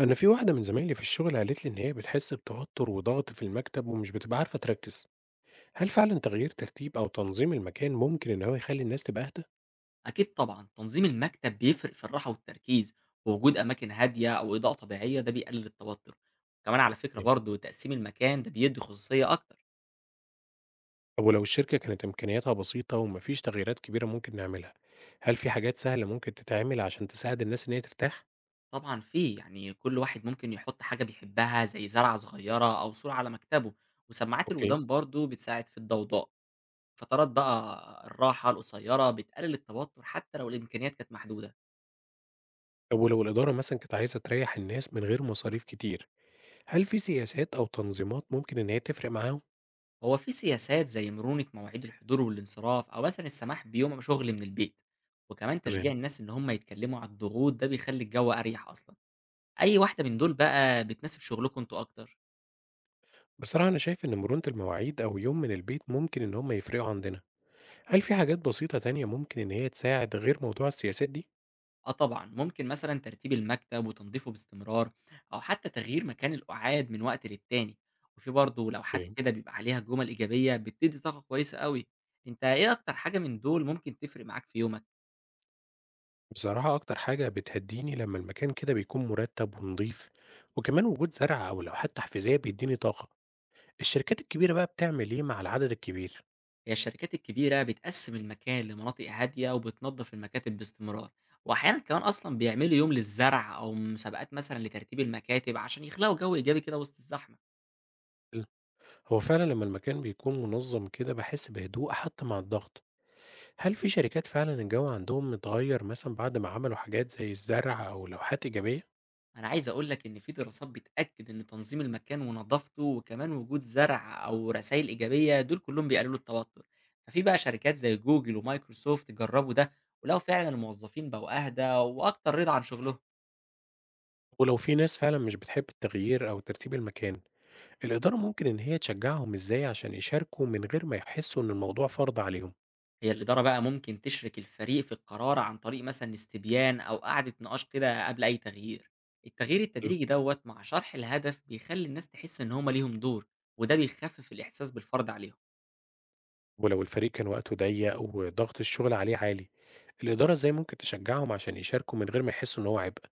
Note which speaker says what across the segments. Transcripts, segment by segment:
Speaker 1: أنا في واحدة من زمايلي في الشغل قالت لي إن هي بتحس بتوتر وضغط في المكتب ومش بتبقى عارفة تركز، هل فعلا تغيير ترتيب أو تنظيم المكان ممكن إن هو يخلي الناس تبقى أهدى؟
Speaker 2: أكيد طبعًا، تنظيم المكتب بيفرق في الراحة والتركيز، ووجود أماكن هادية أو إضاءة طبيعية ده بيقلل التوتر، كمان على فكرة
Speaker 1: إيه؟
Speaker 2: برضه تقسيم المكان ده بيدّي خصوصية أكتر.
Speaker 1: طب ولو الشركة كانت إمكانياتها بسيطة ومفيش تغييرات كبيرة ممكن نعملها، هل في حاجات سهلة ممكن تتعمل عشان تساعد الناس إن هي ترتاح؟
Speaker 2: طبعًا في يعني كل واحد ممكن يحط حاجة بيحبها زي زرعة صغيرة أو صورة على مكتبه، وسماعات
Speaker 1: اوكي.
Speaker 2: الودان برضه بتساعد في الضوضاء. فترات بقى الراحة القصيرة بتقلل التوتر حتى لو الإمكانيات كانت محدودة.
Speaker 1: طب ولو الإدارة مثلا كانت عايزة تريح الناس من غير مصاريف كتير، هل في سياسات أو تنظيمات ممكن إن هي تفرق معاهم؟
Speaker 2: هو في سياسات زي مرونة مواعيد الحضور والانصراف أو مثلا السماح بيوم شغل من البيت، وكمان تشجيع
Speaker 1: تمام.
Speaker 2: الناس إن هم يتكلموا عن الضغوط ده بيخلي الجو أريح أصلا. أي واحدة من دول بقى بتناسب شغلكم أنتوا أكتر؟
Speaker 1: بصراحة أنا شايف إن مرونة المواعيد أو يوم من البيت ممكن إن هم يفرقوا عندنا. هل في حاجات بسيطة تانية ممكن إن هي تساعد غير موضوع السياسات دي؟
Speaker 2: أه طبعا ممكن مثلا ترتيب المكتب وتنظيفه باستمرار، أو حتى تغيير مكان القعاد من وقت للتاني، وفي برضه لوحات
Speaker 1: اوكي.
Speaker 2: كده بيبقى عليها جمل إيجابية بتدي طاقة كويسة قوي. أنت إيه أكتر حاجة من دول ممكن تفرق معاك في يومك؟
Speaker 1: بصراحة أكتر حاجة بتهديني لما المكان كده بيكون مرتب ونظيف، وكمان وجود زرع أو لوحات تحفيزية بيديني طاقة. الشركات الكبيرة بقى بتعمل إيه مع العدد الكبير؟
Speaker 2: هي الشركات الكبيرة بتقسم المكان لمناطق هادية وبتنظف المكاتب باستمرار، وأحيانا كمان أصلا بيعملوا يوم للزرع أو مسابقات مثلا لترتيب المكاتب عشان يخلقوا جو إيجابي كده وسط الزحمة.
Speaker 1: حلو. هو فعلا لما المكان بيكون منظم كده بحس بهدوء حتى مع الضغط. هل في شركات فعلا الجو عندهم متغير مثلا بعد ما عملوا حاجات زي الزرع أو لوحات إيجابية؟
Speaker 2: أنا عايز أقولك إن في دراسات بتأكد إن تنظيم المكان ونظافته وكمان وجود زرع أو رسائل إيجابية دول كلهم بيقللوا التوتر، ففي بقى شركات زي جوجل ومايكروسوفت جربوا ده ولقوا فعلا الموظفين بقوا أهدى وأكتر رضا عن شغلهم.
Speaker 1: ولو في ناس فعلا مش بتحب التغيير أو ترتيب المكان، الإدارة ممكن إن هي تشجعهم إزاي عشان يشاركوا من غير ما يحسوا إن الموضوع فرض عليهم؟
Speaker 2: هي الإدارة بقى ممكن تشرك الفريق في القرار عن طريق مثلًا استبيان أو قعدة نقاش كده قبل أي تغيير. التغيير
Speaker 1: حلو.
Speaker 2: التدريجي دوّة مع شرح الهدف بيخلّي الناس تحس إن هم ليهم دور، وده بيخفف الإحساس بالفرض عليهم.
Speaker 1: ولو الفريق كان وقته ضيق وضغط الشغل عليه عالي، الإدارة إزاي ممكن تشجعهم عشان يشاركوا من غير ما يحسوا إن هو عبء؟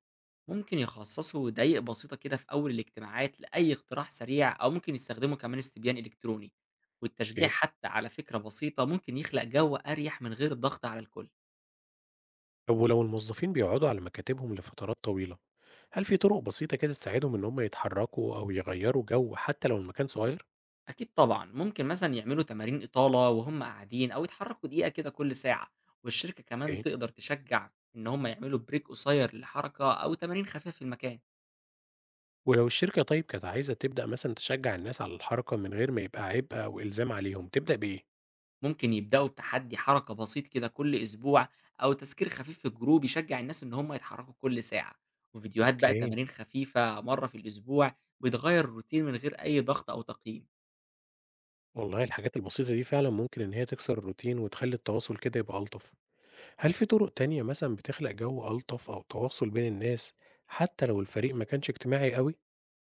Speaker 2: ممكن يخصصوا دقايق بسيطة كده في أول الاجتماعات لأي اقتراح سريع، أو ممكن يستخدموا كمان استبيان إلكتروني، والتشجيع
Speaker 1: يعني،
Speaker 2: حتى على فكرة بسيطة ممكن يخلق جو أريح من غير الضغط على الكل.
Speaker 1: طب ولو الموظفين بيقعدوا على مكاتبهم لفترات طويلة، هل في طرق بسيطة كده تساعدهم إن هم يتحركوا أو يغيروا جو حتى لو المكان صغير؟
Speaker 2: أكيد طبعًا، ممكن مثلًا يعملوا تمارين إطالة وهُم قاعدين أو يتحركوا دقيقة كده كل ساعة، والشركة كمان
Speaker 1: اوكي.
Speaker 2: تقدر تشجع إن هُم يعملوا بريك قصير للحركة أو تمارين خفيفة في المكان.
Speaker 1: ولو الشركة طيب كانت عايزة تبدأ مثلا تشجع الناس على الحركة من غير ما يبقى عبء أو إلزام عليهم، تبدأ بإيه؟
Speaker 2: ممكن يبدأوا بتحدي حركة بسيط كده كل أسبوع، أو تذكير خفيف في الجروب يشجع الناس إن هُم يتحركوا كل ساعة، وفيديوهات بقى
Speaker 1: اوكي.
Speaker 2: تمارين خفيفة مرة في الأسبوع بتغيّر الروتين من غير أي ضغط أو تقييم.
Speaker 1: والله الحاجات البسيطة دي فعلا ممكن إن هي تكسر الروتين وتخلي التواصل كده يبقى ألطف. هل في طرق تانية مثلا بتخلق جو ألطف أو تواصل بين الناس حتى لو الفريق ما كانش اجتماعي قوي؟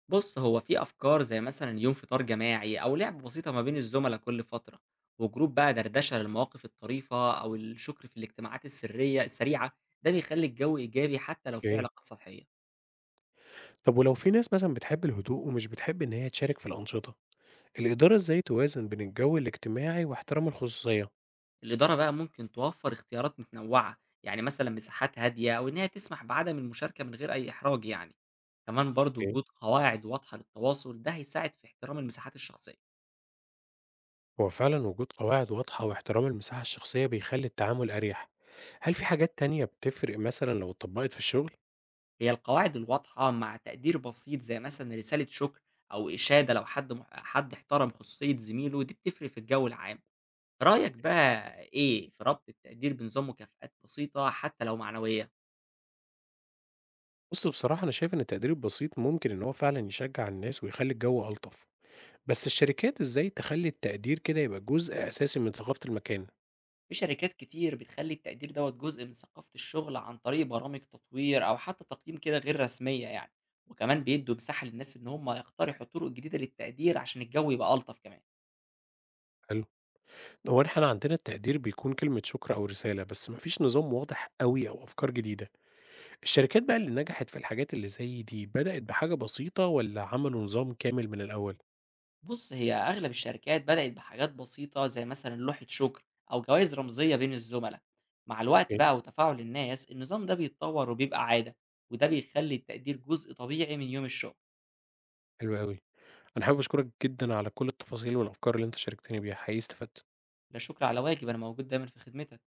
Speaker 2: بص هو في أفكار زي مثلا يوم فطار جماعي أو لعبة بسيطة ما بين الزملاء كل فترة، وجروب بقى دردشة للمواقف الطريفة أو الشكر في الاجتماعات السرية السريعة ده بيخلي الجو إيجابي حتى لو في
Speaker 1: يعني،
Speaker 2: علاقات سطحية.
Speaker 1: طب ولو في ناس مثلا بتحب الهدوء ومش بتحب إن هي تشارك في الأنشطة، الإدارة إزاي توازن بين الجو الاجتماعي واحترام الخصوصية؟
Speaker 2: الإدارة بقى ممكن توفر اختيارات متنوعة، يعني مثلا مساحات هادية أو إنها تسمح بعدم المشاركة من غير أي إحراج يعني، كمان برضو
Speaker 1: يعني،
Speaker 2: وجود قواعد واضحة للتواصل ده هيساعد في احترام المساحات الشخصية.
Speaker 1: هو فعلا وجود قواعد واضحة واحترام المساحة الشخصية بيخلي التعامل أريح. هل في حاجات تانية بتفرق مثلا لو اتطبقت في الشغل؟
Speaker 2: هي القواعد الواضحة مع تقدير بسيط زي مثلا رسالة شكر أو إشادة لو حد احترم خصوصية زميله دي بتفرق في الجو العام. رأيك بقى إيه في ربط التقدير بنظام مكافآت بسيطة حتى لو معنوية؟
Speaker 1: بُص، بصراحة أنا شايف إن التقدير البسيط ممكن إن هو فعلًا يشجّع الناس ويخلّي الجو ألطف، بس الشركات إزاي تخلّي التقدير كده يبقى جزء أساسي من ثقافة المكان؟
Speaker 2: في شركات كتير بتخلي التقدير دوت جزء من ثقافة الشغل عن طريق برامج تطوير أو حتى تقييم كده غير رسمية يعني، وكمان بيدوا مساحة للناس إن هم يقترحوا طرق جديدة للتقدير عشان الجو يبقى ألطف كمان.
Speaker 1: حلو. هو إحنا عندنا التقدير بيكون كلمة شكر أو رسالة، بس ما فيش نظام واضح أوي أو أفكار جديدة، الشركات بقى اللي نجحت في الحاجات اللي زي دي بدأت بحاجة بسيطة والّا عملوا نظام كامل من الأول؟
Speaker 2: بُص، هي أغلب الشركات بدأت بحاجات بسيطة زي مثلًا لوحة شكر أو جوايز رمزية بين الزملا، مع الوقت
Speaker 1: أوكي.
Speaker 2: بقى وتفاعل الناس النظام ده بيتطور وبيبقى عادة، وده بيخلي التقدير جزء طبيعي من يوم الشغل.
Speaker 1: حلو أوي، أنا حابب أشكرك جدًا على كل التفاصيل والأفكار اللي أنت شاركتني بيها، حقيقي استفدت.
Speaker 2: لا شكر على واجب، أنا موجود دايمًا في خدمتك.